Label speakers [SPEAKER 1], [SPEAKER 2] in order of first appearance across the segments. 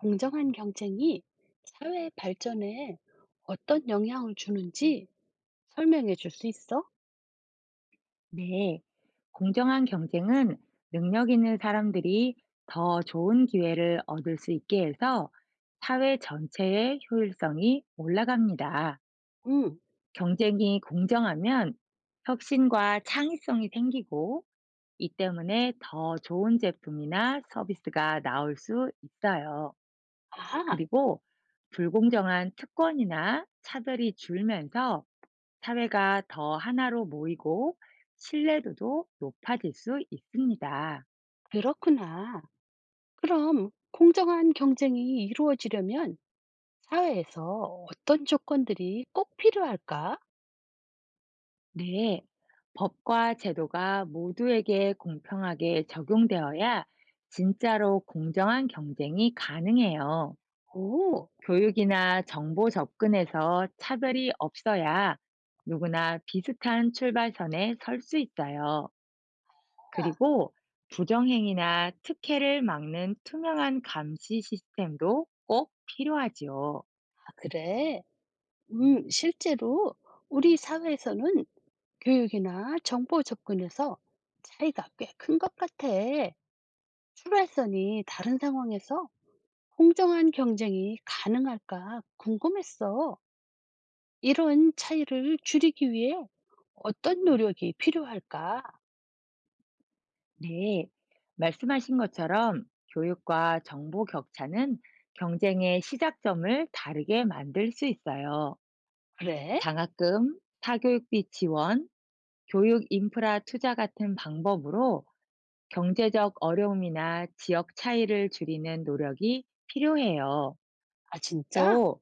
[SPEAKER 1] 공정한 경쟁이 사회 발전에 어떤 영향을 주는지 설명해 줄 수 있어?
[SPEAKER 2] 네, 공정한 경쟁은 능력 있는 사람들이 더 좋은 기회를 얻을 수 있게 해서 사회 전체의 효율성이 올라갑니다.
[SPEAKER 1] 응.
[SPEAKER 2] 경쟁이 공정하면 혁신과 창의성이 생기고, 이 때문에 더 좋은 제품이나 서비스가 나올 수 있어요.
[SPEAKER 1] 아,
[SPEAKER 2] 그리고 불공정한 특권이나 차별이 줄면서 사회가 더 하나로 모이고 신뢰도도 높아질 수 있습니다.
[SPEAKER 1] 그렇구나. 그럼 공정한 경쟁이 이루어지려면 사회에서 어떤 조건들이 꼭 필요할까?
[SPEAKER 2] 네. 법과 제도가 모두에게 공평하게 적용되어야 진짜로 공정한 경쟁이 가능해요.
[SPEAKER 1] 오,
[SPEAKER 2] 교육이나 정보 접근에서 차별이 없어야 누구나 비슷한 출발선에 설 수 있어요.
[SPEAKER 1] 아,
[SPEAKER 2] 그리고 부정행위나 특혜를 막는 투명한 감시 시스템도 꼭 필요하지요.
[SPEAKER 1] 그래. 실제로 우리 사회에서는 교육이나 정보 접근에서 차이가 꽤 큰 것 같아. 출발선이 다른 상황에서 공정한 경쟁이 가능할까 궁금했어. 이런 차이를 줄이기 위해 어떤 노력이 필요할까?
[SPEAKER 2] 네, 말씀하신 것처럼 교육과 정보 격차는 경쟁의 시작점을 다르게 만들 수 있어요.
[SPEAKER 1] 그래?
[SPEAKER 2] 장학금, 사교육비 지원, 교육 인프라 투자 같은 방법으로 경제적 어려움이나 지역 차이를 줄이는 노력이 필요해요.
[SPEAKER 1] 아, 진짜?
[SPEAKER 2] 또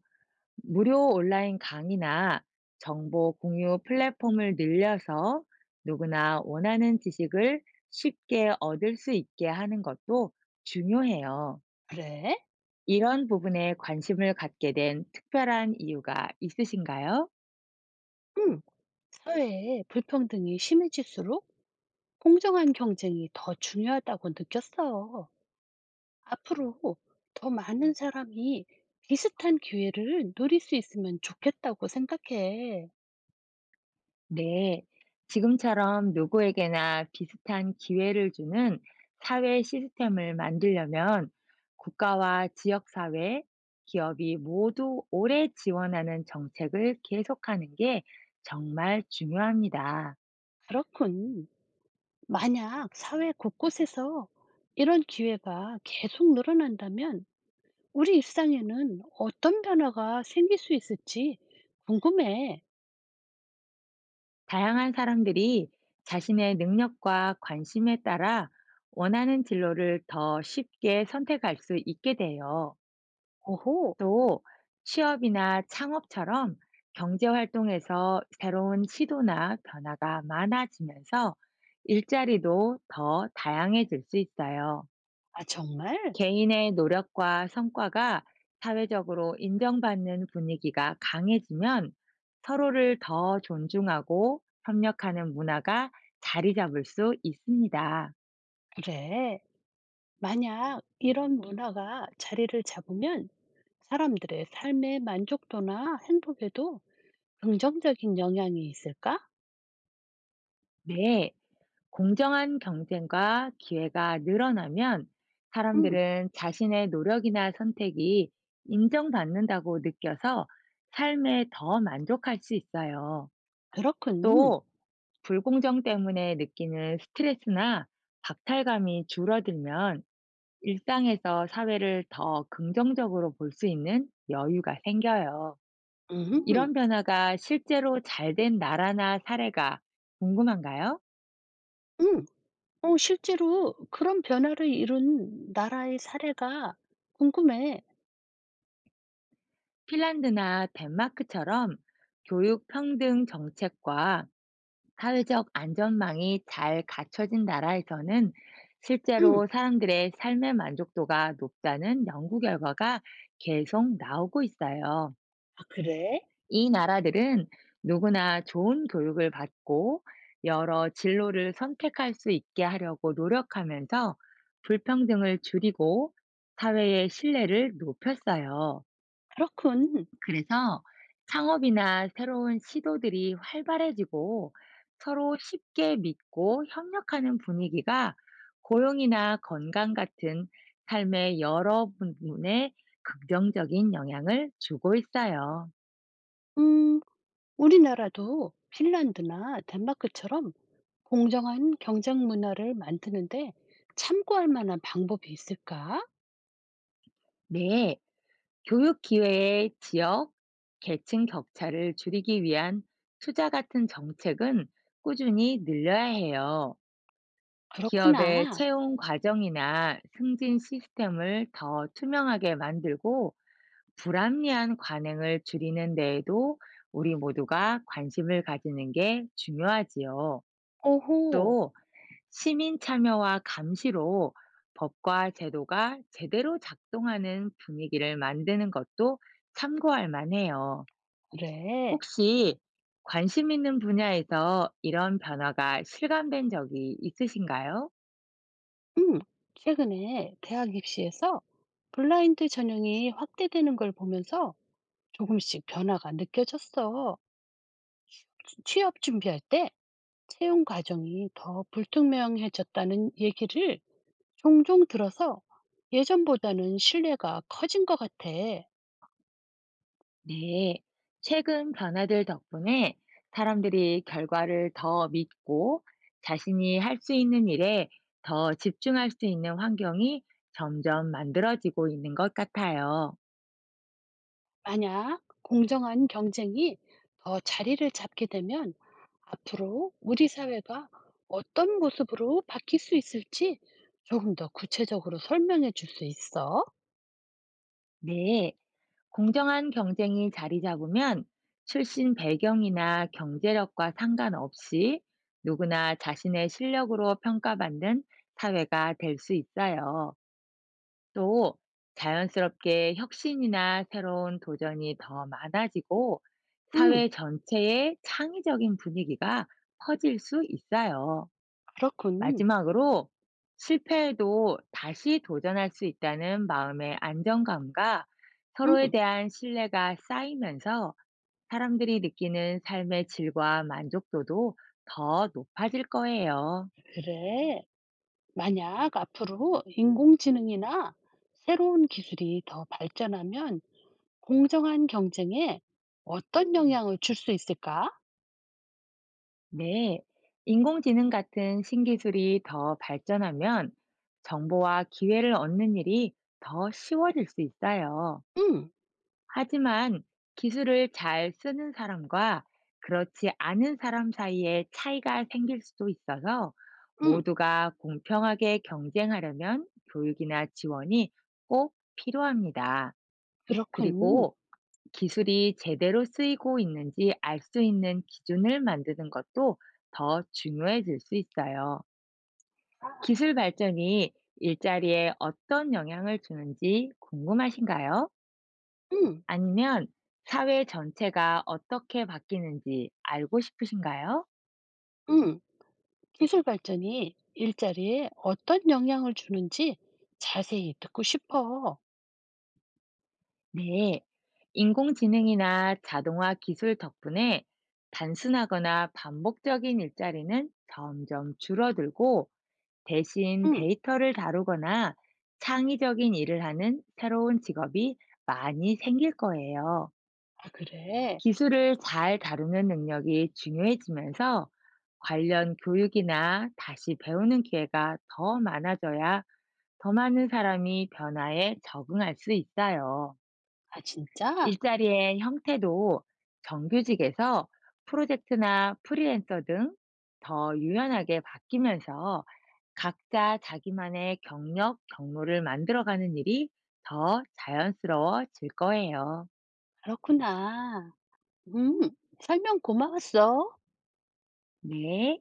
[SPEAKER 2] 무료 온라인 강의나 정보 공유 플랫폼을 늘려서 누구나 원하는 지식을 쉽게 얻을 수 있게 하는 것도 중요해요.
[SPEAKER 1] 그래?
[SPEAKER 2] 이런 부분에 관심을 갖게 된 특별한 이유가 있으신가요?
[SPEAKER 1] 응. 사회에 불평등이 심해질수록 공정한 경쟁이 더 중요하다고 느꼈어. 앞으로 더 많은 사람이 비슷한 기회를 누릴 수 있으면 좋겠다고 생각해.
[SPEAKER 2] 네, 지금처럼 누구에게나 비슷한 기회를 주는 사회 시스템을 만들려면 국가와 지역사회, 기업이 모두 오래 지원하는 정책을 계속하는 게 정말 중요합니다.
[SPEAKER 1] 그렇군. 만약 사회 곳곳에서 이런 기회가 계속 늘어난다면 우리 일상에는 어떤 변화가 생길 수 있을지 궁금해.
[SPEAKER 2] 다양한 사람들이 자신의 능력과 관심에 따라 원하는 진로를 더 쉽게 선택할 수 있게 돼요.
[SPEAKER 1] 오호,
[SPEAKER 2] 또 취업이나 창업처럼 경제 활동에서 새로운 시도나 변화가 많아지면서 일자리도 더 다양해질 수 있어요.
[SPEAKER 1] 아, 정말?
[SPEAKER 2] 개인의 노력과 성과가 사회적으로 인정받는 분위기가 강해지면 서로를 더 존중하고 협력하는 문화가 자리 잡을 수 있습니다.
[SPEAKER 1] 그래. 만약 이런 문화가 자리를 잡으면 사람들의 삶의 만족도나 행복에도 긍정적인 영향이 있을까?
[SPEAKER 2] 네. 공정한 경쟁과 기회가 늘어나면
[SPEAKER 1] 음,
[SPEAKER 2] 사람들은 자신의 노력이나 선택이 인정받는다고 느껴서 삶에 더 만족할 수 있어요.
[SPEAKER 1] 그렇군.
[SPEAKER 2] 또, 불공정 때문에 느끼는 스트레스나 박탈감이 줄어들면 일상에서 사회를 더 긍정적으로 볼 수 있는 여유가 생겨요. 이런
[SPEAKER 1] 음,
[SPEAKER 2] 변화가 실제로 잘 된 나라나 사례가 궁금한가요?
[SPEAKER 1] 음. 어, 실제로 그런 변화를 이룬 나라의 사례가 궁금해.
[SPEAKER 2] 핀란드나 덴마크처럼 교육 평등 정책과 사회적 안전망이 잘 갖춰진 나라에서는
[SPEAKER 1] 음.
[SPEAKER 2] 실제로 사람들의 삶의 만족도가 높다는 연구 결과가 계속 나오고 있어요.
[SPEAKER 1] 아 그래?
[SPEAKER 2] 이 나라들은 누구나 좋은 교육을 받고 여러 진로를 선택할 수 있게 하려고 노력하면서 불평등을 줄이고 사회의 신뢰를 높였어요.
[SPEAKER 1] 그렇군.
[SPEAKER 2] 그래서 창업이나 새로운 시도들이 활발해지고 서로 쉽게 믿고 협력하는 분위기가 고용이나 건강 같은 삶의 여러 부분에 긍정적인 영향을 주고 있어요.
[SPEAKER 1] 음 우리나라도 핀란드나 덴마크처럼 공정한 경쟁 문화를 만드는데 참고할 만한 방법이 있을까?
[SPEAKER 2] 네, 교육 기회의 지역, 계층 격차를 줄이기 위한 투자 같은 정책은 꾸준히 늘려야 해요. 기업의
[SPEAKER 1] 그렇구나.
[SPEAKER 2] 채용 과정이나 승진 시스템을 더 투명하게 만들고 불합리한 관행을 줄이는 데에도 우리 모두가 관심을 가지는 게 중요하지요.
[SPEAKER 1] 오호.
[SPEAKER 2] 또 시민 참여와 감시로 법과 제도가 제대로 작동하는 분위기를 만드는 것도 참고할 만해요.
[SPEAKER 1] 그래.
[SPEAKER 2] 혹시 관심 있는 분야에서 이런 변화가 실감된 적이 있으신가요?
[SPEAKER 1] 음. 최근에 대학 입시에서 블라인드 전형이 확대되는 걸 보면서 조금씩 변화가 느껴졌어. 취업 준비할 때 채용 과정이 더 불투명해졌다는 얘기를 종종 들어서 예전보다는 신뢰가 커진 것 같아.
[SPEAKER 2] 네, 최근 변화들 덕분에 사람들이 결과를 더 믿고 자신이 할 수 있는 일에 더 집중할 수 있는 환경이 점점 만들어지고 있는 것 같아요.
[SPEAKER 1] 만약 공정한 경쟁이 더 자리를 잡게 되면 앞으로 우리 사회가 어떤 모습으로 바뀔 수 있을지 조금 더 구체적으로 설명해 줄 수 있어?
[SPEAKER 2] 네, 공정한 경쟁이 자리 잡으면 출신 배경이나 경제력과 상관없이 누구나 자신의 실력으로 평가받는 사회가 될 수 있어요. 또 자연스럽게 혁신이나 새로운 도전이 더 많아지고
[SPEAKER 1] 응,
[SPEAKER 2] 사회 전체의 창의적인 분위기가 퍼질 수 있어요.
[SPEAKER 1] 그렇군.
[SPEAKER 2] 마지막으로 실패해도 다시 도전할 수 있다는 마음의 안정감과 서로에
[SPEAKER 1] 응,
[SPEAKER 2] 대한 신뢰가 쌓이면서 사람들이 느끼는 삶의 질과 만족도도 더 높아질 거예요.
[SPEAKER 1] 그래. 만약 앞으로 인공지능이나 새로운 기술이 더 발전하면 공정한 경쟁에 어떤 영향을 줄 수 있을까?
[SPEAKER 2] 네, 인공지능 같은 신기술이 더 발전하면 정보와 기회를 얻는 일이 더 쉬워질 수 있어요.
[SPEAKER 1] 응.
[SPEAKER 2] 하지만 기술을 잘 쓰는 사람과 그렇지 않은 사람 사이에 차이가 생길 수도 있어서,
[SPEAKER 1] 음.
[SPEAKER 2] 모두가 공평하게 경쟁하려면 교육이나 지원이 꼭 필요합니다.
[SPEAKER 1] 그렇군.
[SPEAKER 2] 그리고 기술이 제대로 쓰이고 있는지 알 수 있는 기준을 만드는 것도 더 중요해질 수 있어요.
[SPEAKER 1] 아.
[SPEAKER 2] 기술 발전이 일자리에 어떤 영향을 주는지 궁금하신가요?
[SPEAKER 1] 음.
[SPEAKER 2] 아니면 사회 전체가 어떻게 바뀌는지 알고 싶으신가요?
[SPEAKER 1] 음. 기술 발전이 일자리에 어떤 영향을 주는지 자세히 듣고 싶어.
[SPEAKER 2] 네. 인공지능이나 자동화 기술 덕분에 단순하거나 반복적인 일자리는 점점 줄어들고, 대신
[SPEAKER 1] 음.
[SPEAKER 2] 데이터를 다루거나 창의적인 일을 하는 새로운 직업이 많이 생길 거예요.
[SPEAKER 1] 아 그래?
[SPEAKER 2] 기술을 잘 다루는 능력이 중요해지면서 관련 교육이나 다시 배우는 기회가 더 많아져야 더 많은 사람이 변화에 적응할 수 있어요.
[SPEAKER 1] 아 진짜?
[SPEAKER 2] 일자리의 형태도 정규직에서 프로젝트나 프리랜서 등 더 유연하게 바뀌면서 각자 자기만의 경력, 경로를 만들어가는 일이 더 자연스러워질 거예요.
[SPEAKER 1] 그렇구나. 음. 설명 고마웠어.
[SPEAKER 2] 네.